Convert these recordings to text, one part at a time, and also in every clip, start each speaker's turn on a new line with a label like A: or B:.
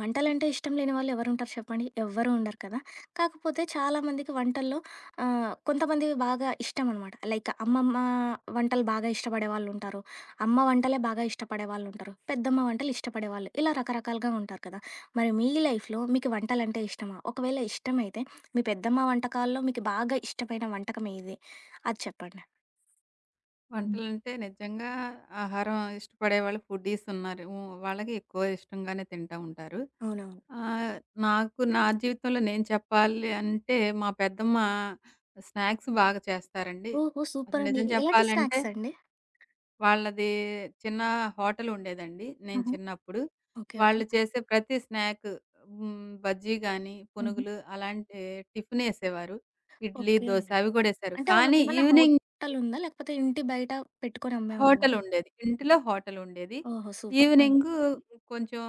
A: వంటలంటే ఇష్టం లేని వాళ్ళు ఎవరుంటారు చెప్పండి? ఎవ్వరూ ఉండరు కదా! కాకపోతే చాలా మందికి వంటల్లో కొంతమందివి బాగా ఇష్టం అనమాట. లైక్ అమ్మమ్మ వంటలు బాగా ఇష్టపడే వాళ్ళుంటారు. అమ్మ వంటలే బాగా ఇష్టపడే వాళ్ళుంటారు. పెద్దమ్మ వంటలు ఇష్టపడేవాళ్ళు. ఇలా రకరకాలుగా ఉంటారు కదా! మరి మీ లైఫ్‌లో మీకు వంటలంటే ఇష్టమా? ఒకవేళ ఇష్టమైతే మీ పెద్దమ్మ వంటకాల్లో మీకు బాగా ఇష్టమైన వంటకం ఏది? అది చెప్పండి.
B: వంటలంటే నిజంగా ఆహారం ఇష్టపడేవాళ్ళు ఫుడ్డీస్ ఉన్నారు. హ్మ్. వాళ్ళకి ఎక్కువ ఇష్టంగానే తింటా ఉంటారు.
A: అవునవును.
B: ఆహ్, నాకు నా జీవితంలో నేను చెప్పాలి అంటే మా పెద్దమ్మ స్నాక్స్ బాగా చేస్తారండి.
A: ఓహో!
B: అసలు
A: సూపరండి.
B: నిజం
A: ఎలాంటి
B: చెప్పాలంటే
A: స్నాక్స్ అండి?
B: వాళ్ళది చిన్న హోటల్ ఉండేదండి నేను
A: ఆహా!
B: చిన్నప్పుడు.
A: ఓకే. ఓకే.
B: వాళ్ళు చేసే ప్రతి స్నాక్ బజ్జీ గాని,
A: హుహు.
B: పునుగులు అలాంటి టిఫినేసేవారు. ఇడ్లీ,
A: ఓకే.
B: దోస అవి కూడా ఏసారు.
A: అంటే
B: కానీ
A: వాళ్ళకేమన్నా
B: ఈవినింగ్
A: హోటలుందా? లేకపోతే ఇంటి బయట పెట్టుకొని అమ్మేవాళ్ళా?
B: హోటలుండేది. ఇంటిలో హోటలుండేది.
A: ఓహో! సూపర్. ఆ!
B: ఈవినింగు కొంచెం,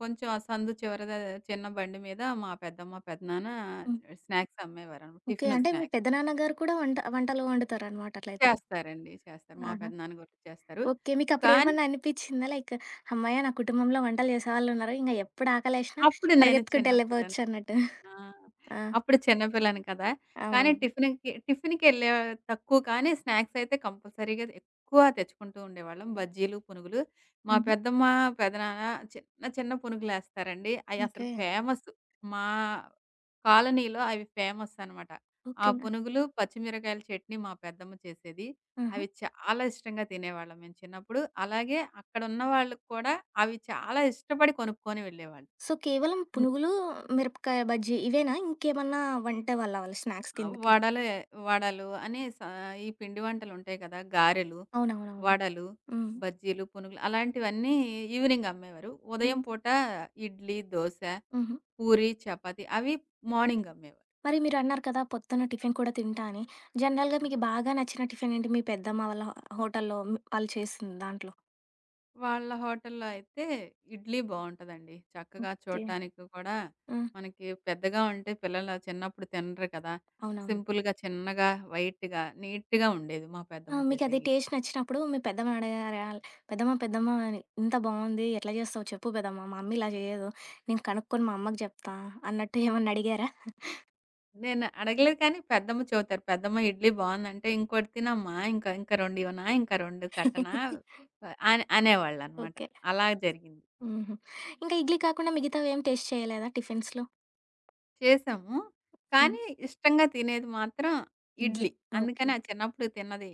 B: కొంచెం ఆ సందు చివరద చిన్న బండి మీద మా పెద్దమ్మ, పెద్దనాన్న
A: హ్మ్.
B: స్నాక్స్ అమ్మేవారనమాట.
A: ఓకే.
B: టిఫిను
A: అంటే మీ
B: స్నాక్స్
A: పెద్దనాన్న గారు కూడా వంటలు వండుతారనమాట అట్లయితే.
B: చేస్తారండి. చేస్తారు. మా
A: ఆహా!
B: పెద్దనాన్న కూడా చేస్తారు.
A: ఓకే.
B: కానీ
A: మీకప్పుడేమన్నా అనిపిచ్చిందా? లైక్ హమ్మయ్య! నా కుటుంబంలో వంటలు చేసేవాళ్ళున్నారు. ఇంగ ఎప్పుడు ఆకలేసినా
B: అప్పుడు నేను
A: పరిగెత్తుకుంటూ
B: చిన్న పిల్లని.
A: యెళ్ళిపోవచ్చన్నట్టు.
B: ఆ!
A: ఆ!
B: అప్పుడు చిన్న పిల్లని కదా! కానీ
A: అవునవును.
B: టిఫిన్‌కెళ్ళే తక్కువ కానీ స్నాక్స్ అయితే కంపల్సరీగా ఎక్కువ తెచ్చుకుంటూ ఉండేవాళ్ళం. బజ్జీలు, పునుగులు. మా
A: హుహు.
B: పెద్దమ్మ, పెదనాన్న చిన్న చిన్న పునుగులేస్తారండి. అయి
A: ఓకే.
B: అసలు ఫేమస్. మా కాలనీలో అవి ఫేమస్ అనమాట. ఆ
A: ఓకే.
B: పునుగులు, పచ్చిమిరకాయల చట్నీ మా పెద్దమ్మ చేసేది.
A: ఆహా!
B: అవి చాలా ఇష్టంగా తినేవాళ్ళం మేము చిన్నప్పుడు. అలాగే అక్కడున్న వాళ్ళకి కూడా అవి చాలా ఇష్టపడి కొనుక్కొని వెళ్ళేవాళ్ళు.
A: సో, కేవలం
B: హ్మ్.
A: పునుగులు, మిరపకాయ బజ్జీ ఇవేనా? ఇంకేమన్నా వండేవాళ్ళా వాళ్ళు స్నాక్స్
B: ఆ!
A: కిందకి?
B: వడలు అని సా ఈ పిండి వంటలుంటాయి కదా! గారెలు,
A: అవునవునవును.
B: వడలు,
A: హ్మ్.
B: బజ్జీలు, పునుగులు అలాంటివన్నీ ఈవినింగ్ అమ్మేవారు.
A: హ్మ్.
B: ఉదయం పూట ఇడ్లీ, దోస,
A: హుహు.
B: పూరి, చపాతీ అవి మార్నింగ్ అమ్మేవారు.
A: మరి మీరన్నారు కదా! పొద్దున్న టిఫిన్ కూడా తింటా అని. జనరల్‌గా
B: హ్మ్.
A: మీకు బాగా నచ్చిన టిఫిన్ ఏంటి? మీ పెద్దమ్మ వాళ్ళ హోటల్‌లో వాళ్ళు చేసింది దాంట్లో?
B: వాళ్ళ హోటల్లో అయితే ఇడ్లీ బావుంటదండి. చక్కగా
A: ఓకే.
B: చూడటానికి కూడా
A: హ్మ్.
B: మనకి పెద్దగా ఉంటే పిల్లలు చిన్నప్పుడు తినరు కదా!
A: అవునవును.
B: సింపుల్‌గా, చిన్నగా, వైట్‌గా, నీట్‌గా ఉండేది మా
A: ఆ!
B: పెద్దమ్మ చేసే
A: మీకది
B: ఇడ్లీ.
A: టేస్ట్ నచ్చినప్పుడు మీ పెద్దమ్మని అడిగారా? పెద్దమ్మ పెద్దమ్మ అని ఇంత బావుంది. ఎట్లా చేస్తావు చెప్పు పెద్దమ్మ. మా అమ్మ ఇలా చేయదు. నేను కనుక్కొని మా అమ్మకి చెప్తా అన్నట్టు ఏమన్నా అడిగారా?
B: నేను అడగలేదు కానీ పెద్దమ్మ చెబుతారు. పెద్దమ్మ ఇడ్లీ బావుందంటే, "ఇంకోటి తినమ్మా, ఇంకా ఇంకా 2 ఇవ్వనా? ఇంకా 2 కట్టనా?" అని అనేవాళ్ళనమాట.
A: ఓకే.
B: అలా జరిగింది.
A: హుహు. ఇంకా ఇడ్లీ కాకుండా మిగతావేం టేస్ట్ చేయలేదా టిఫిన్స్‌లో?
B: చేసాము.
A: హ్మ్.
B: కానీ ఇష్టంగా తినేది మాత్రం
A: ఇడ్లీ.
B: ఇడ్లీ.
A: ఓకే.
B: అందుకని ఆ
A: ఓకే.
B: చిన్నప్పుడు తిన్నది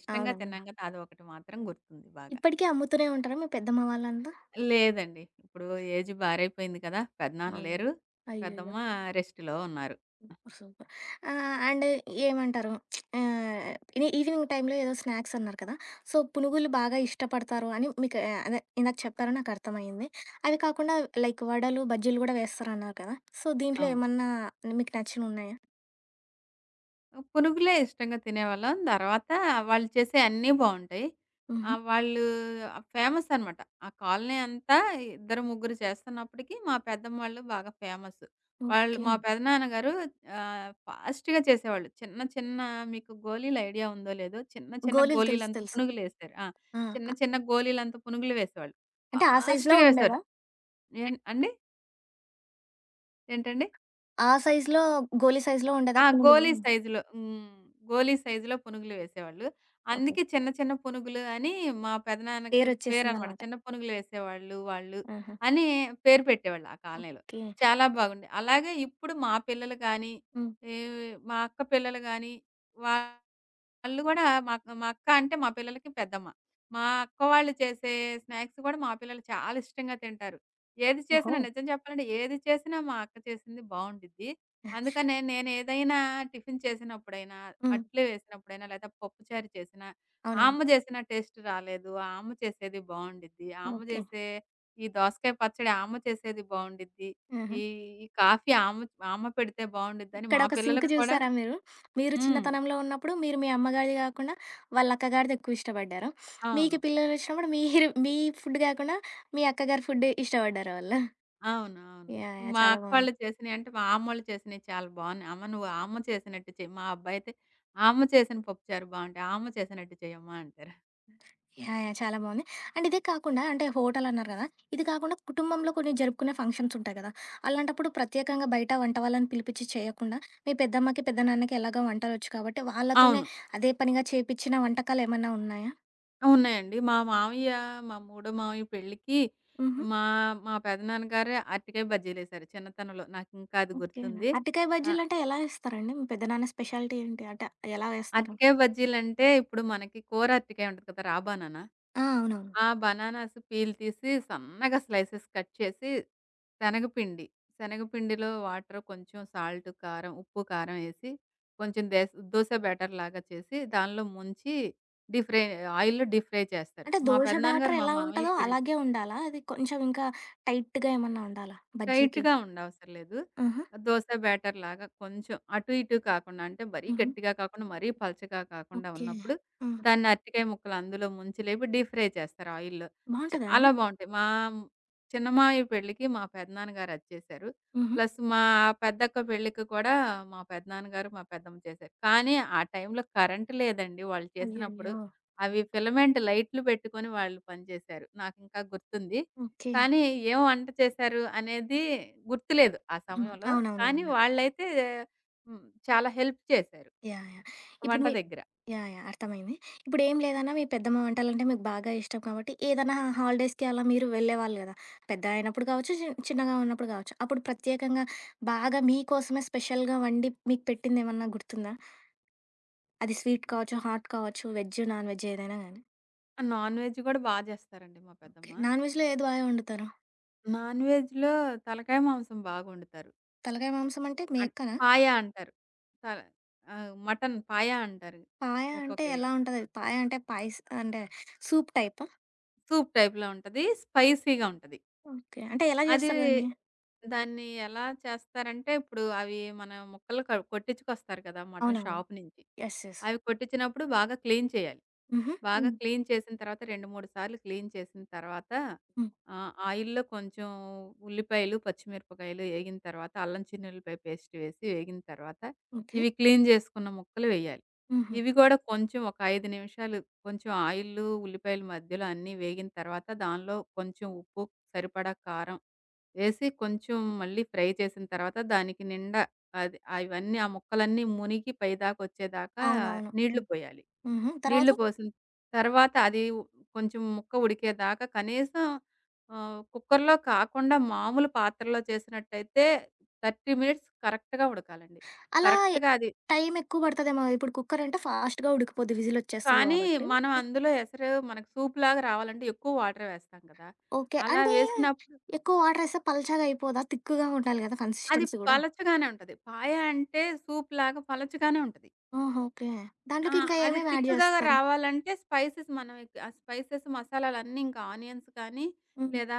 B: ఇష్టంగా
A: అవునవును.
B: తిన్నాం కదా! అదొకటి మాత్రం గుర్తుంది బాగా.
A: ఇప్పటికీ అమ్ముతూనే ఉంటారా మీ పెద్దమ్మ వాళ్ళంతా?
B: లేదండి. ఇప్పుడు ఏజ్ భారైపోయింది కదా! పెదనాన్న
A: అవును.
B: లేరు.
A: అయ్యయ్యో!
B: పెద్దమ్మ రెస్ట్‌లో ఉన్నారు.
A: సూపర్. సూపర్. అండ్ ఏమంటారు? ఆహ్, ఇవి ఈవినింగ్ టైంలో ఏదో స్నాక్స్ అన్నారు కదా! సో, పునుగులు బాగా ఇష్టపడతారు అని మీకు అదే ఇందాక చెప్పారు నాకర్థమైంది. అవి కాకుండా లైక్ వడలు, బజ్జీలు గూడా వేస్తారన్నారు కదా! సో, దీంట్లో
B: అవును.
A: ఏమన్నా మీకు నచ్చినున్నాయా?
B: పునుగులే ఇష్టంగా తినేవాళ్ళం. తర్వాత వాళ్ళు చేసే అన్నీ బావుంటాయి.
A: హుహు.
B: వాళ్ళు ఫేమస్ అనమాట. ఆ కాలనీ అంతా ఇద్దరు, ముగ్గురు చేస్తున్నప్పటికి మా పెద్దమ్మ వాళ్ళు బాగా ఫేమస్. వాళ్ళు
A: ఓకే.
B: మా పెదనాన్నగారు ఫాస్ట్‌గా చేసేవాళ్ళు. చిన్న చిన్న మీకు గోలీల ఐడియా ఉందో లేదో చిన్న చిన్న
A: గోలీలు తెలుసు.
B: గోలీలంత
A: తెలుసు.
B: పునుగులేశారు. ఆ!
A: ఆ!
B: చిన్న చిన్న గోలీలంత పునుగులు వేసేవాళ్ళు.
A: అంటే ఆ సైజులో
B: ఫాస్ట్‌గా వేసేవారు.
A: ఉండేదా?
B: ఏన్ అండి? ఏంటండి?
A: ఆ సైజులో గోలీ సైజులో ఉండేదా
B: ఆ!
A: పునుగులు?
B: గోలీ సైజులో. హ్మ్. గోలీ సైజులో పునుగులు వేసేవాళ్ళు.
A: ఓకే.
B: అందుకే చిన్న చిన్న పునుగులు అని మా పెదనాన్నకి పేరనమాట.
A: పేరొచ్చేసిందనమాట.
B: చిన్న పునుగులు వేసేవాళ్ళు వాళ్ళు
A: ఆహా!
B: అని పేరు పెట్టేవాళ్ళు ఆ కాలనీలో.
A: ఓకే.
B: చాలా బాగుండే. అలాగే ఇప్పుడు మా పిల్లలు గానీ,
A: హ్మ్.
B: ఈ మా అక్క పిల్లలు గానీ, వాళ్ళు గూడా మా మా అక్క అంటే మా పిల్లలకి పెద్దమ్మ. మా అక్క వాళ్ళు చేసే స్నాక్స్ గూడా మా పిల్లలు చాలా ఇష్టంగా తింటారు. ఏది
A: ఓహో!
B: చేసినా నిజం చెప్పాలంటే ఏది చేసినా మా అక్క చేసింది బావుండిద్ది. అందుకనే నేనేదైనా టిఫిన్ చేసినప్పుడైనా,
A: హ్మ్.
B: అట్లు వేసినప్పుడైనా, లేదా పప్పుచారు చేసినా, ఆ
A: అవునవును.
B: అమ్మ చేసిన టేస్ట్ రాలేదు. ఆ అమ్మ చేసేది బావుండిద్ది. ఆ అమ్మ
A: ఓకే.
B: చేసే ఈ దోసకాయ పచ్చడి ఆ అమ్మ చేసేది బావుండిద్ది.
A: ఆహా!
B: ఈ ఈ కాఫీ ఆ అమ్మ పెడితే బావుండిద్దని మా
A: ఇక్కడొక సింక్
B: పిల్లలకి కూడా
A: చూసారా మీరు? మీరు
B: హ్మ్.
A: చిన్నతనంలో ఉన్నప్పుడు మీరు మీ అమ్మగారిది గాకుండా వాళ్ళ అక్కగారిది ఎక్కువ ఇష్టపడ్డారు. మీకు
B: అవును.
A: పిల్లలొచ్చినప్పుడు మీరు మీ ఫుడ్ గాకుండా మీ అక్కగారి ఫుడ్ ఇష్టపడ్డారు వాళ్ళు.
B: అవును. అవును.
A: యాహ్! యాహ్!
B: మా
A: చాలా బావుంది.
B: అక్కోళ్ళు చేసినియి అంటే, మా అమ్మోళ్ళు చేసినియి చాలా బావున్నాయి. అమ్మ నువ్వు ఆ అమ్మ చేసినట్టు చెయి. మా అబ్బాయి అయితే, ఆ అమ్మ చేసిన పప్పుచారు బావుంటాయి. ఆ అమ్మ చేసినట్టు చెయ్యమ్మా అంటారు.
A: యాహ్! యాహ్! చాలా బావుంది. అండ్ ఇదే కాకుండా అంటే హోటల్ అన్నారు గదా! ఇది కాకుండా కుటుంబంలో కొన్ని జరుపుకునే ఫంక్షన్స్ ఉంటాయి కదా! అలాంటప్పుడు ప్రత్యేకంగా బయట వంట వాళ్ళని పిలిపించి చేయకుండా మీ పెద్దమ్మకి, పెద్దనాన్నకి ఎలాగో వంటలొచ్చు కాబట్టి వాళ్ళతోనే
B: అవును.
A: అదే పనిగా చేపిచ్చిన వంటకాలేమన్నా ఉన్నాయా?
B: ఉన్నాయండి. మా మామయ్య, మా మూడో మామయ్య పెళ్ళికి
A: హుహు.
B: మా మా పెదనాన్నగారే అరటికాయ బజ్జీలేసారు చిన్నతనంలో. నాకింకా అది
A: ఓకే.
B: గుర్తుంది.
A: అరటికాయ
B: ఆహ్,
A: బజ్జీలంటే ఎలా చేస్తారండి? మీ పెద్దనాన్న స్పెషాలిటీ ఏంటి? అంటే ఎలా వేస్తారు?
B: అరటికాయ బజ్జీలంటే ఇప్పుడు మనకి కోర అరటికాయ ఉంటది కదా! రా బనానా.
A: ఆ! అవునవును.
B: ఆ బనానాస్ పీల్ తీసి సన్నగా స్లైసెస్ కట్ చేసి, శనగపిండి, శనగపిండిలో వాటర్ కొంచెం సాల్ట్, కారం, ఉప్పు, కారం ఏసి, కొంచెం దోస బ్యాటర్ లాగా చేసి దానిలో ముంచి డీప్ ఫ్రై ఆయిల్‌లో డీప్ ఫ్రై చేస్తారు.
A: అంటే
B: మా
A: దోస బ్యాటర్
B: పెదనాన్నగారు మా
A: ఎలా
B: మామయ్య
A: ఉంటదో
B: పెళ్
A: అలాగే ఉండాలా? అది కొంచెం ఇంకా టైట్‌గా ఏమన్నా ఉండాలా బజ్జీకి?
B: టైట్‌గా ఉండవసర లేదు.
A: ఆహా!
B: దోస బ్యాటర్‌లాగా కొంచెం అటు ఇటు కాకుండా అంటే మరీ
A: హుహు.
B: గట్టిగా కాకుండా, మరీ పలచగా కాకుండా
A: ఓకే.
B: ఉన్నప్పుడు
A: ఆ!
B: దాన్ని అరటికాయ ముక్కలు అందులో ముంచి లేపి డీప్ ఫ్రై చేస్తారు ఆయిల్‌లో.
A: బావుంటదా అండి?
B: చాలా బావుంటాయి. మా చిన్నమామయ్య పెళ్ళికి మా పెదనాన్నగారు అది చేశారు.
A: హుహు.
B: ప్లస్ మా పెద్దక్క పెళ్ళికి కూడా మా పెదనాన్నగారు, మా పెద్దమ్మ చేశారు. కానీ ఆ టైంలో కరెంట్ లేదండి వాళ్ళు చేసినప్పుడు.
A: అయ్యయ్యో!
B: అవి ఫిలమెంట్ లైట్లు పెట్టుకొని వాళ్ళు పనిచేశారు. నాకింకా గుర్తుంది.
A: ఓకే.
B: కానీ ఏం వంట చేశారు అనేది గుర్తులేదు ఆ
A: హ్మ్.
B: సమయంలో. కానీ
A: అవునవునులెండి.
B: వాళ్ళైతే హ్మ్. చాలా హెల్ప్ చేశారు.
A: యాహ్! యాహ్! ఇప్పుడు
B: వంట
A: మీ
B: దగ్గర.
A: యాహ్! యాహ్! అర్థమైంది. ఇప్పుడేం లేదన్నా మీ పెద్దమ్మ వంటలంటే మీకు బాగా ఇష్టం కాబట్టి, ఏదన్నా హాలిడేస్‌కి అలా మీరు వెళ్ళేవాళ్ళు గదా! పెద్ద అయినప్పుడు కావచ్చు, చిన్నగా ఉన్నప్పుడు కావచ్చు. అప్పుడు ప్రత్యేకంగా బాగా మీకోసమే స్పెషల్‌గా వండి మీకు పెట్టిందేమన్నా గుర్తుందా? అది స్వీట్ కావచ్చు, హాట్ కావచ్చు, వెజ్, నాన్ వెజ్ ఏదైనా గానీ.
B: నాన్ వెజ్ గూడా బా చేస్తారండి మా
A: ఓకే.
B: పెద్దమ్మ.
A: నాన్ వెజ్‌లో ఏది బాగా వండుతారు?
B: నాన్ వెజ్‌లో తలకాయ మాంసం బాగొండుతారు.
A: తలకాయ మాంసం అంటే
B: అన్
A: మేకనా?
B: పాయా అంటారు. తల మటన్ పాయా అంటారు.
A: పాయ అంటే
B: ఒక్కొక్క
A: ఎలా ఉంటదది? పాయ అంటే పాయస్ అంటే సూప్ టైపా?
B: సూప్ టైప్‌లో ఉంటది. స్పైసీగా ఉంటది.
A: ఓకే. అంటే ఎలా
B: అది
A: జేస్తారు దాన్ని?
B: దాన్ని ఎలా చేస్తారంటే ఇప్పుడు అవి మన ముక్కలు కొట్టించుకొస్తారు కదా! మటన్
A: అవునవును.
B: షాప్ నుంచి.
A: యెస్. యెస్.
B: అవి కొట్టించినప్పుడు బాగా క్లీన్ చేయాలి.
A: హుహు.
B: బాగా
A: హ్మ్.
B: క్లీన్ చేసిన తర్వాత 2, 3 సార్లు క్లీన్ చేసిన తర్వాత
A: హ్మ్.
B: ఆయిల్‌లో కొంచెం ఉల్లిపాయలు, పచ్చిమిరపకాయలు ఏగిన తర్వాత అల్లం చిన్నుల్లిపాయ పేస్ట్ వేసి వేగిన తర్వాత
A: ఓకే.
B: ఇవి క్లీన్ చేసుకున్న ముక్కలు వేయాలి.
A: హుహు.
B: ఇవి కూడా కొంచెం ఒక 5 నిమిషాలు కొంచెం ఆయిలు, ఉల్లిపాయలు మధ్యలో అన్నీ వేగిన తర్వాత దానిలో కొంచెం ఉప్పు, సరిపడా కారం వేసి కొంచెం మళ్ళీ ఫ్రై చేసిన తర్వాత దానికి నిండా అది. అవన్నీ ఆ ముక్కలన్నీ మునిగి పైదాకొచ్చేదాకా
A: అవునవును.
B: నీళ్లు
A: హ్మ్.
B: పోయాలి.
A: హుహు. తర్వాత
B: నీళ్లు పోసిన తర్వాత కొంచెం ముక్క ఉడికేదాకా కనీసం కుక్కర్‌లో కాకుండా మామూలు పాత్రలో చేసినట్టయితే 30 మినిట్స్ కరెక్ట్‌గా ఉడకాలండి.
A: అలా
B: కరెక్ట్‌గా అది
A: టైం ఎక్కువ పడతదేమో. ఇప్పుడు కుక్కర్ అంటే ఫాస్ట్‌గా ఉడికిపోద్ది విజిలొచ్చేస్తది
B: కానీ
A: గాబట్టి.
B: మనం అందులో ఎసరు మనకు సూప్‌లాగా రావాలంటే ఎక్కువ వాటర్ వేస్తాం కదా!
A: ఓకే.
B: అలా
A: అంటే
B: వేసినప్పుడు
A: ఎక్కువ వాటరేస్తే పల్చగా అయిపోదా? తిక్కుగా ఉండాలి గదా!
B: అది
A: కన్సిస్టెన్సీ గూడా.
B: పలచగానే ఉంటది. పాయ అంటే సూప్‌లాగా పలచగానే ఉంటది.
A: ఓహో! ఓకే.
B: ఆ!
A: దాంట్లోకి ఇంకా
B: అది
A: ఏమేమి యాడ్
B: తిక్కుగా
A: జేస్తారు?
B: రావాలంటే స్పైసెస్ మనం ఎక్ ఆ స్పైసెస్ మసాలాలన్నీ ఇంకా ఆనియన్స్ కానీ,
A: హ్మ్.
B: లేదా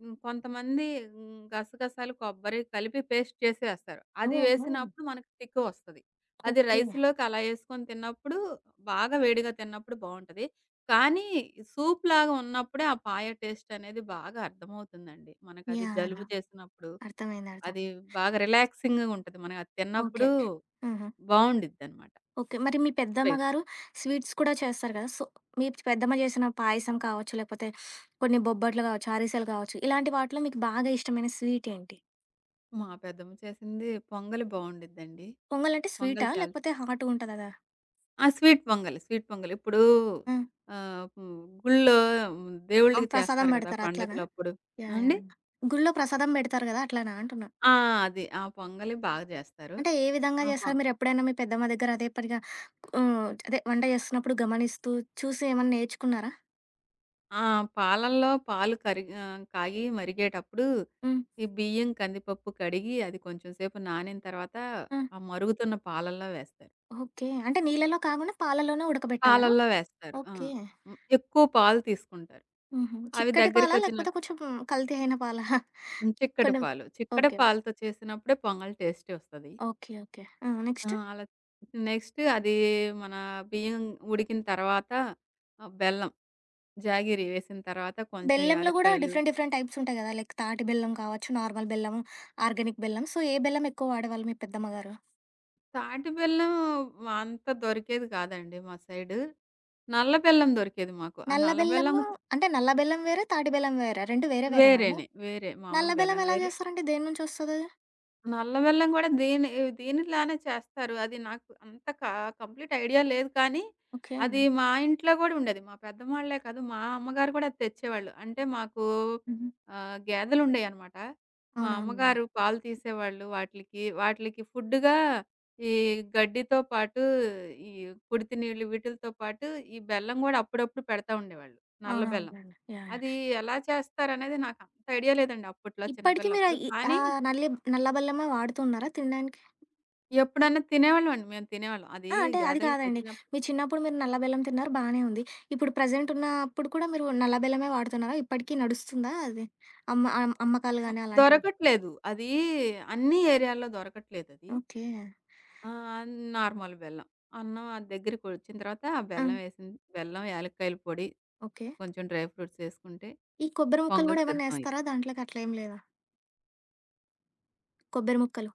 B: కొంతమంది గసగసాలు, కొబ్బరి కలిపి పేస్ట్ చేసేస్తారు. అది
A: ఓహో!
B: వేసినప్పుడు మనకు తిక్కు వస్తది. అది
A: ఓకే. యాహ్!
B: రైస్‌లోకి అలా ఏసుకొని తిన్నప్పుడు బాగా వేడిగా తిన్నప్పుడు బావుంటది. కానీ సూప్‌లాగా ఉన్నప్పుడే ఆ పాయ టేస్ట్ అనేది బాగా అర్థమవుతుందండి. మనకది
A: యాహ్!
B: జలుబు చేసినప్పుడు,
A: అర్థమైంది.
B: అది
A: అర్థమైంది.
B: బాగా రిలాక్సింగ్‌గా ఉంటది. మనకది
A: ఓకే.
B: తిన్నప్పుడు
A: హుహు.
B: బావుండిద్దనమాట.
A: ఓకే. మరి మీ పెద్దమ్మ
B: స్పైస్.
A: గారు స్వీట్స్ కూడా చేస్తారు కదా! సో, మీ పెద్దమ్మ చేసిన పాయసం కావచ్చు, లేకపోతే కొన్ని బొబ్బట్లు కావచ్చు, అరిసెలు కావచ్చు, ఇలాంటి వాటిలో మీకు బాగా ఇష్టమైన స్వీట్ ఏంటి?
B: మా పెద్దమ్మ చేసింది పొంగలి బావుండిద్దండి.
A: పొంగల్ అంటే స్వీటా?
B: పొంగలి చాలా
A: లేకపోతే హాట్‌గా ఉంటదా అదా?
B: ఆ! స్వీట్ పొంగలి. ఇప్పుడు
A: ఆ!
B: ఆహ్, హ్మ్, గుళ్ళో
A: అవును.
B: దేవుళ్ళకి
A: ప్రసాదం
B: చేస్తారు కదా!
A: పెడతారు అట్లనా?
B: పండగలప్పుడు.
A: యాహ్!
B: అండి?
A: యాహ్! గుళ్ళో ప్రసాదం పెడతారు కదా! అట్లనా అంటున్నా?
B: ఆ! అది. ఆ పొంగలి బాగా చేస్తారు.
A: అంటే ఏ విధంగా
B: ఆ పొ
A: చేస్తారు? మీరెప్పుడైనా మీ పెద్దమ్మ దగ్గర అదే పనిగా హ్మ్. అదే వంట చేస్తున్నప్పుడు గమనిస్తూ, చూసి ఏమన్నా నేర్చుకున్నారా?
B: ఆ! పాలల్లో పాలు కరిగి కాగి మరిగేటప్పుడు
A: హ్మ్.
B: ఈ బియ్యం, కందిపప్పు కడిగి అది కొంచెం సేపు నానిన తర్వాత
A: హ్మ్.
B: ఆ మరుగుతున్న పాలల్లో వేస్తారు.
A: ఓకే. అంటే నీళ్ళలో కాకుండా పాలలోనే ఉడకబెట్టాలా?
B: పాలల్లో వేస్తారు. ఆ!
A: ఓకే.
B: ఎక్కువ పాలు తీసుకుంటారు.
A: హుహు.
B: అవి
A: చిక్కటి పాలా? లేకపోతే
B: దగ్గరికొచ్చినాక
A: కొంచెం కల్తీ అయిన పాలా?
B: హ్మ్. చిక్కటి
A: కొంచెం
B: పాలు. చిక్కటి
A: ఓకే. ఓకే.
B: పాలతో చేసినప్పుడే పొంగల్ టేస్టీ వస్తది.
A: ఓకే. ఓకే. ఆ!
B: ఆ!
A: నెక్స్ట్?
B: అలా నెక్స్ట్ అది మన బియ్యం ఉడికిన తర్వాత బెల్లం జాగీరి వేసిన తర్వాత కొంచెం
A: బెల్లంలో గూడా
B: యాలుక్కాయలు,
A: డిఫరెంట్ డిఫరెంట్ టైప్స్ ఉంటాయి గదా! లైక్ తాటి బెల్లం కావచ్చు, నార్మల్ బెల్లము, ఆర్గానిక్ బెల్లం. సో, ఏ బెల్లం ఎక్కువ వాడేవాళ్ళు మీ పెద్దమ్మ గారు?
B: తాటి బెల్లం అంత దొరికేది కాదండి మా సైడు. నల్ల బెల్లం దొరికేది మాకు. ఆ
A: నల్ల
B: నల్ల బెల్లం
A: బెల్లము అంటే నల్ల బెల్లం వేరే, తాటి బెల్లం వేరే. 2 వేరే వేరేనా అండి?
B: వేరేనే. వేరే
A: నల్ల
B: మామూలు
A: బెల్లం
B: బెల్లం
A: ఎలా
B: వేరు.
A: చేస్తారండి? దేని నుంచి వస్తదది?
B: నల్ల బెల్లం గూడా దీనిలానే చేస్తారు. అది నాకు అంత క కంప్లీట్ ఐడియా లేదు కానీ,
A: ఓకే.
B: అది మా ఇంట్లో గూడా ఉండేది. మా పెద్దమ్మాళ్ళే కాదు, మా అమ్మగారు గూడా అది తెచ్చేవాళ్ళు. అంటే మాకు
A: హుహు.
B: గేదెలుండేయనమాట. మా
A: అవునవునులెండి.
B: అమ్మగారు పాలు తీసేవాళ్ళు వాటిలికి. వాటిలికి ఫుడ్‌గా ఈ గడ్డితో పాటు ఈ కుడితి నీళ్ళు వీటిలతో పాటు ఈ బెల్లం గూడా అప్పుడప్పుడు పెడతా ఉండేవాళ్ళు. నల్ల బెల్లం.
A: అవునవునులెండి. యాహ్!
B: అది
A: యాహ్!
B: ఎలా చేస్తారనేది నాకు అంత ఐడియా లేదండి అప్పట్లో
A: ఇప్పటికి మీరు ఆ
B: చిన్నపిల్లప్పుడు.
A: ఈ ఆ
B: కానీ
A: నల్లి నల్ల బెల్లమే వాడుతున్నారా తినడానికి?
B: ఎప్పుడన్నా తినేవాళ్ళమండి. మేము తినేవాళ్ళం. అది
A: ఆ! అంటే అది
B: గాదెలకి
A: కాదండి.
B: తెచ్చినప్పుడు
A: మీ చిన్నప్పుడు మీరు నల్ల బెల్లం తిన్నారు బానే ఉంది. ఇప్పుడు ప్రెజెంట్ ఉన్నప్పుడు కూడా మీరు నల్ల బెల్లమే వాడుతున్నారా? ఇప్పటికి నడుస్తుందా అది? అమ్మకాలు
B: హ్మ్.
A: గాని అలాంటివి?
B: దొరకట్లేదు. అది అన్ని ఏరియాల్లో దొరకట్లేదది.
A: ఓకే.
B: ఆహ్, నార్మల్ బెల్లం. అన్నం అది దగ్గరికొచ్చిన తర్వాత ఆ
A: ఆ!
B: బెల్లం ఏసింది. బెల్లం, యాలక్కాయల పొడి,
A: ఓకే.
B: కొంచెం డ్రై ఫ్రూట్స్ ఏసుకుంటే
A: ఈ కొబ్బరి ముక్కలు
B: పొంగల్
A: గూడా ఏమన్నా
B: సిద్ధం అయిద్ది.
A: ఏస్తారా దాంట్లోకి అట్లేం లేదా? కొబ్బరి ముక్కలు.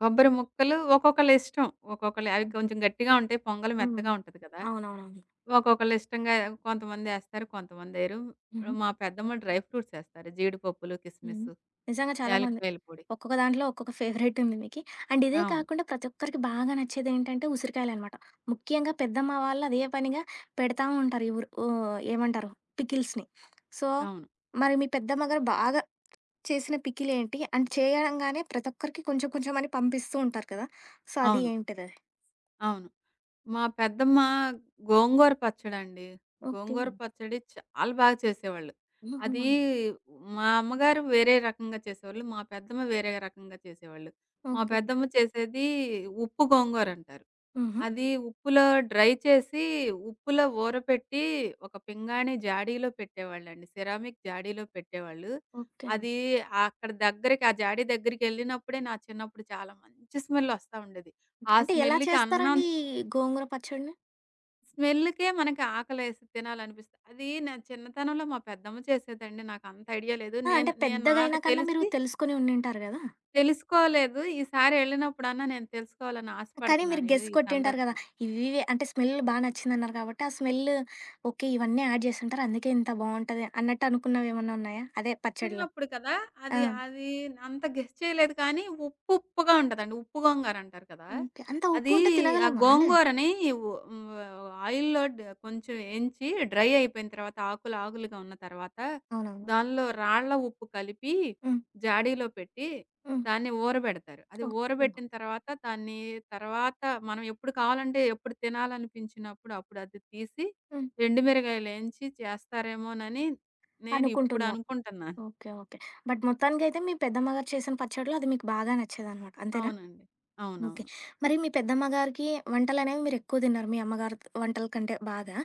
B: కొబ్బరి ముక్కలు ఒక్కొక్కళ్ళ ఇష్టం. ఒక్కొక్కళ్ళు అవి
A: హ్మ్.
B: కొంచెం గట్టిగా ఉంటాయి. పొంగల్
A: హ్మ్.
B: మెత్తగా ఉంటది కదా!
A: అవునవునవును.
B: ఒక్కొక్కళ్ళు ఇష్టంగా కొంతమందేస్తారు. కొంతమందేయరు.
A: హుహు.
B: మా పెద్దమ్మ డ్రై ఫ్రూట్స్ ఏస్తారు. జీడిపప్పులు,
A: హ్మ్.
B: కిస్మిస్,
A: నిజంగా చాలా బావుంది.
B: యాలక్కాయల పొడి.
A: ఒక్కొక్క దాంట్లో ఒక్కొక్క ఫేవరెట్ ఉంది మీకి. అండ్ ఇదే
B: అవును.
A: కాకుండా ప్రతి ఒక్కరికి బాగా నచ్చేదేంటంటే ఉసిరికాయలనమాట. ముఖ్యంగా పెద్దమ్మ వాళ్ళు అదే పనిగా పెడతా ఉంటారు. ఈ ఊరు ఓహ్! ఏమంటారు పికిల్స్‌ని. సో,
B: అవును.
A: మరి మీ పెద్దమ్మ గారు బాగా చేసిన పికిల్ ఏంటి? అండ్ చేయంగానే ప్రతి ఒక్కరికి కొంచెం కొంచెం అని పంపిస్తూ ఉంటారు కదా! సో, అది
B: అవును.
A: ఏంటిదది?
B: అవును. మా పెద్దమ్మ గోంగూర పచ్చడండి.
A: ఓకే.
B: గోంగూర పచ్చడి చాలా బాగా చేసేవాళ్ళు.
A: హుహు.
B: అది మా అమ్మగారు వేరే రకంగా చేసేవాళ్ళు. మా పెద్దమ్మ వేరే రకంగా చేసేవాళ్ళు. మా
A: ఓకే.
B: పెద్దమ్మ చేసేది ఉప్పు గోంగూర అంటారు.
A: హుహు.
B: అది ఉప్పులో డ్రై చేసి, ఉప్పులో ఊరపెట్టి ఒక పింగాణి జాడీలో పెట్టేవాళ్ళండి. సిరామిక్ జాడీలో పెట్టేవాళ్ళు.
A: ఓకే.
B: అది అక్కడ దగ్గరికి ఆ జాడీ దగ్గరికెళ్ళినప్పుడే నా చిన్నప్పుడు చాలా మంచి స్మెల్ ఒస్తా ఉండేది. ఆ
A: అంటే ఎలా
B: స్మెల్‌కి అన్నం
A: చేస్తారండి ఈ గోంగూర పచ్చడిని?
B: స్మెల్‌కే మనకి ఆకలేసి తినాలనిపిస్తది. అది నా చిన్నతనంలో మా పెద్దమ్మ చేసేదండి. నాకంత ఐడియా లేదు.
A: ఆ!
B: నేను
A: అంటే
B: నేను
A: పెద్దగయిన
B: నాకు
A: కన్నా మీరు
B: తెలిసి
A: తెలుసుకొని ఉండింటారు గదా!
B: తెలుసుకోలేదు. ఈసారి ఎళ్ళినప్పుడన్నా నేను తెలుసుకోవాలని
A: కానీ మీరు
B: ఆశపడుతున్నాను ఈ
A: గెస్
B: ఈ
A: కొట్టింటారు గదా!
B: సందర్భంగా.
A: ఇవివే అంటే స్మెల్ బా నచ్చిందన్నారు కాబట్టి, ఆ స్మెల్ ఓకే. ఇవన్నీ యాడ్ చేసుంటారు. అందుకే ఇంత బావుంటది అన్నట్టు అనుకున్నవేమన్నా ఉన్నాయా? అదే పచ్చడిలో.
B: చిన్నప్పుడు కదా!
A: ఆ!
B: అది అది అంత గెస్ చేయలేదు కానీ, ఉప్పుప్పుగా ఉంటదండి. ఉప్పు గోంగూర అంటారు కదా!
A: ఓకే. అంత ఉప్పు
B: అది
A: ఉంటే
B: ఆ
A: తినగలమా అండి?
B: గోంగూరని ఉ హ్మ్. ఆయిల్‌లో కొంచెం ఏంచి డ్రై అయిపోయిన తర్వాత ఆకులు ఆకులుగా ఉన్న తర్వాత,
A: అవునవును.
B: దానిలో రాళ్ళ ఉప్పు కలిపి
A: హ్మ్.
B: జాడీలో పెట్టి
A: హ్మ్.
B: దాన్ని ఊరబెడతారు. అది
A: ఓకే.
B: ఊరబెట్టిన తర్వాత దాన్ని తర్వాత మనం ఎప్పుడు కావాలంటే ఎప్పుడు తినాలనిపించినప్పుడు అప్పుడు అది తీసి
A: హ్మ్.
B: ఎండుమిరగాయలేంచి చేస్తారేమోనని నేను ఇప్పుడు
A: అనుకుంటున్నారు.
B: అనుకుంటున్నా.
A: ఓకే. ఓకే. బట్ మొత్తానికైతే మీ పెద్దమ్మగారు చేసిన పచ్చడిలో అది మీకు బాగా నచ్చేదనమాట. అంతేనా?
B: అవునండి.
A: ఓకే.
B: అవునవును.
A: మరి మీ పెద్దమ్మ గారికి వంటలనేవి మీరెక్కువ తిన్నారు. మీ అమ్మగారి వంటల కంటే బాగా.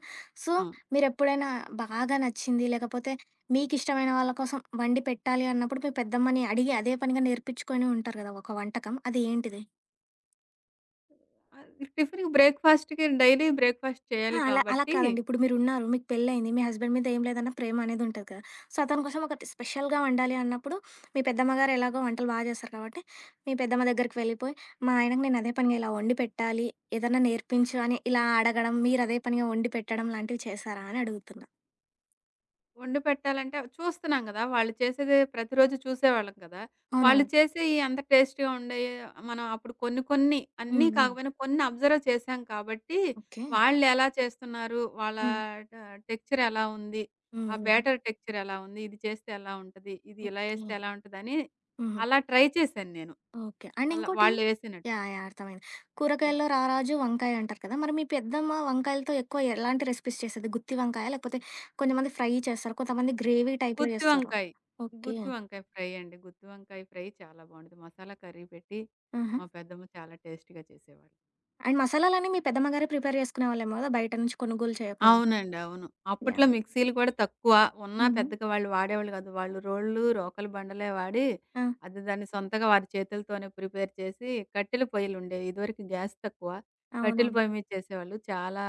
A: సో,
B: అవును.
A: మీరెప్పుడైనా బాగా నచ్చింది, లేకపోతే మీకిష్టమైన వాళ్ళ కోసం వండి పెట్టాలి అన్నప్పుడు, మీ పెద్దమ్మని అడిగి అదే పనిగా నేర్పించుకొని ఉంటారు గదా! ఒక వంటకం అది ఏంటిది?
B: ఆహ్, టిఫిన్‌కి బ్రేక్‌ఫాస్ట్‌కి డైలీ బ్రేక్‌ఫాస్ట్
A: ఆ!
B: చేయాలి
A: అలా అలా
B: కాబట్టి,
A: కాదండి. ఇప్పుడు మీరున్నారు. మీకు పెళ్లయింది. మీ హస్బెండ్ మీద ఏం లేదన్నా ప్రేమనేది ఉంటది కదా! సో, అతని కోసం ఒకటి స్పెషల్‌గా వండాలి అన్నప్పుడు, మీ పెద్దమ్మ గారు ఎలాగో వంటలు బా చేస్తారు కాబట్టి, మీ పెద్దమ్మ దగ్గరికి వెళ్ళిపోయి, మా ఆయనకి నేను అదే పనిగా ఇలా వండి పెట్టాలి, ఏదన్నా నేర్పించు అని ఇలా అడగడం, మీరు అదే పనిగా వండి పెట్టడం లాంటివి చేశారా అని అడుగుతున్నా?
B: వండి పెట్టాలంటే చూస్తున్నాం గదా! వాళ్ళు చేసేది ప్రతిరోజు చూసేవాళ్ళం కదా! వాళ్ళు
A: అవునవును.
B: చేసేయి అంత టేస్టీ‌గా ఉండేయి మనం అప్పుడు కొన్ని కొన్ని అన్నీ
A: హ్మ్. హ్మ్.
B: కాకపోయినా కొన్ని అబ్జర్వ్ చేశాం కాబట్టి,
A: ఓకే.
B: వాళ్ళు ఎలా చేస్తున్నారు? వాళ్ళ
A: హ్మ్.
B: ట టెక్స్చర్ ఎలా ఉంది?
A: హ్మ్.
B: ఆ
A: హ్మ్.
B: బ్యాటర్ టెక్స్చర్ ఎలా ఉంది? ఇది చేస్తే ఎలా ఉంటది? ఇది ఇలా
A: ఓకే.
B: ఏస్తే ఎలా ఉంటదని
A: హుహు.
B: అలా ట్రై చేశాను నేను.
A: ఓకే. అండ్
B: అలా
A: ఇంకోటి
B: వాళ్ళు వేసినట్టు.
A: యాహ్! యాహ్! అర్థమైంది.
B: ఆ!
A: కూరగాయల్లో రారాజు వంకాయ అంటారు కదా! మరి మీ పెద్దమ్మ వంకాయలతో ఎక్కువ ఎలాంటి రెసిపీస్ చేసేది? గుత్తి వంకాయ లేకపోతే కొంతమంది ఫ్రై చేస్తారు. కొంతమంది గ్రేవీ టైప్‌లో
B: గుత్తి
A: చేస్తారు.
B: వంకాయ.
A: ఓకే.
B: గుత్తి వంకాయ ఫ్రై అండి. గుత్తి వంకాయ ఫ్రై చాలా బావుండేది. మసాలా కర్రీ పెట్టి
A: ఆహా!
B: మా పెద్దమ్మ చాలా టేస్టీగా చేసేవాళ్ళు.
A: అండ్ మసాలాలన్నీ మీ పెద్దమ్మ గారే ప్రిపేర్ చేసుకునేవాళ్ళేమో కదా! బయట నుంచి కొనుగోలు చేయకుండా.
B: అవునండి. అవును. అప్పట్లో
A: యాహ్!
B: మిక్సీలు కూడా తక్కువ. ఉన్నా
A: హుహు.
B: పెద్దగా వాళ్ళు వాడేవాళ్ళు కాదు. వాళ్ళు రోళ్ళు, రోకలి బండలే వాడి
A: ఆ!
B: దాన్ని సొంతగా వారి చేతులతోనే ప్రిపేర్ చేసి కట్టెల పొయ్యలుండేవి. ఇదివరకు గ్యాస్ తక్కువ. కట్టెల
A: అవునవును.
B: పొయ్యి మీద చేసేవాళ్ళు. చాలా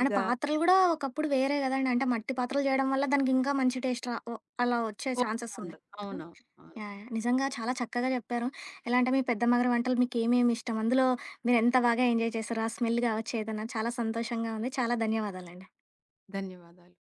A: అంటే పాత్రలు గూడా ఒకప్పుడు వేరే గదండీ. అంటే మట్టి పాత్రలు చేయడం వల్ల దానికింకా మంచి టేస్ట్ రా ఒ అలా వచ్చే ఛాన్సెస్
B: పోతా
A: ఉన్నాయి
B: ఉండదు.
A: కదా!
B: అవునవును. అవును.
A: యాహ్! యాహ్! నిజంగా చాలా చక్కగా జెప్పారు. ఎలా అంటే మీ పెద్దమ్మ గారి వంటలు మీకేమేమి ఇష్టం? అందులో మీరెంత బాగా ఎంజాయ్ చేశారు? ఆ స్మెల్ గావచ్చు ఏదన్నా. చాలా సంతోషంగా ఉంది. చాలా ధన్యవాదాలండి.
B: ధన్యవాదాలు.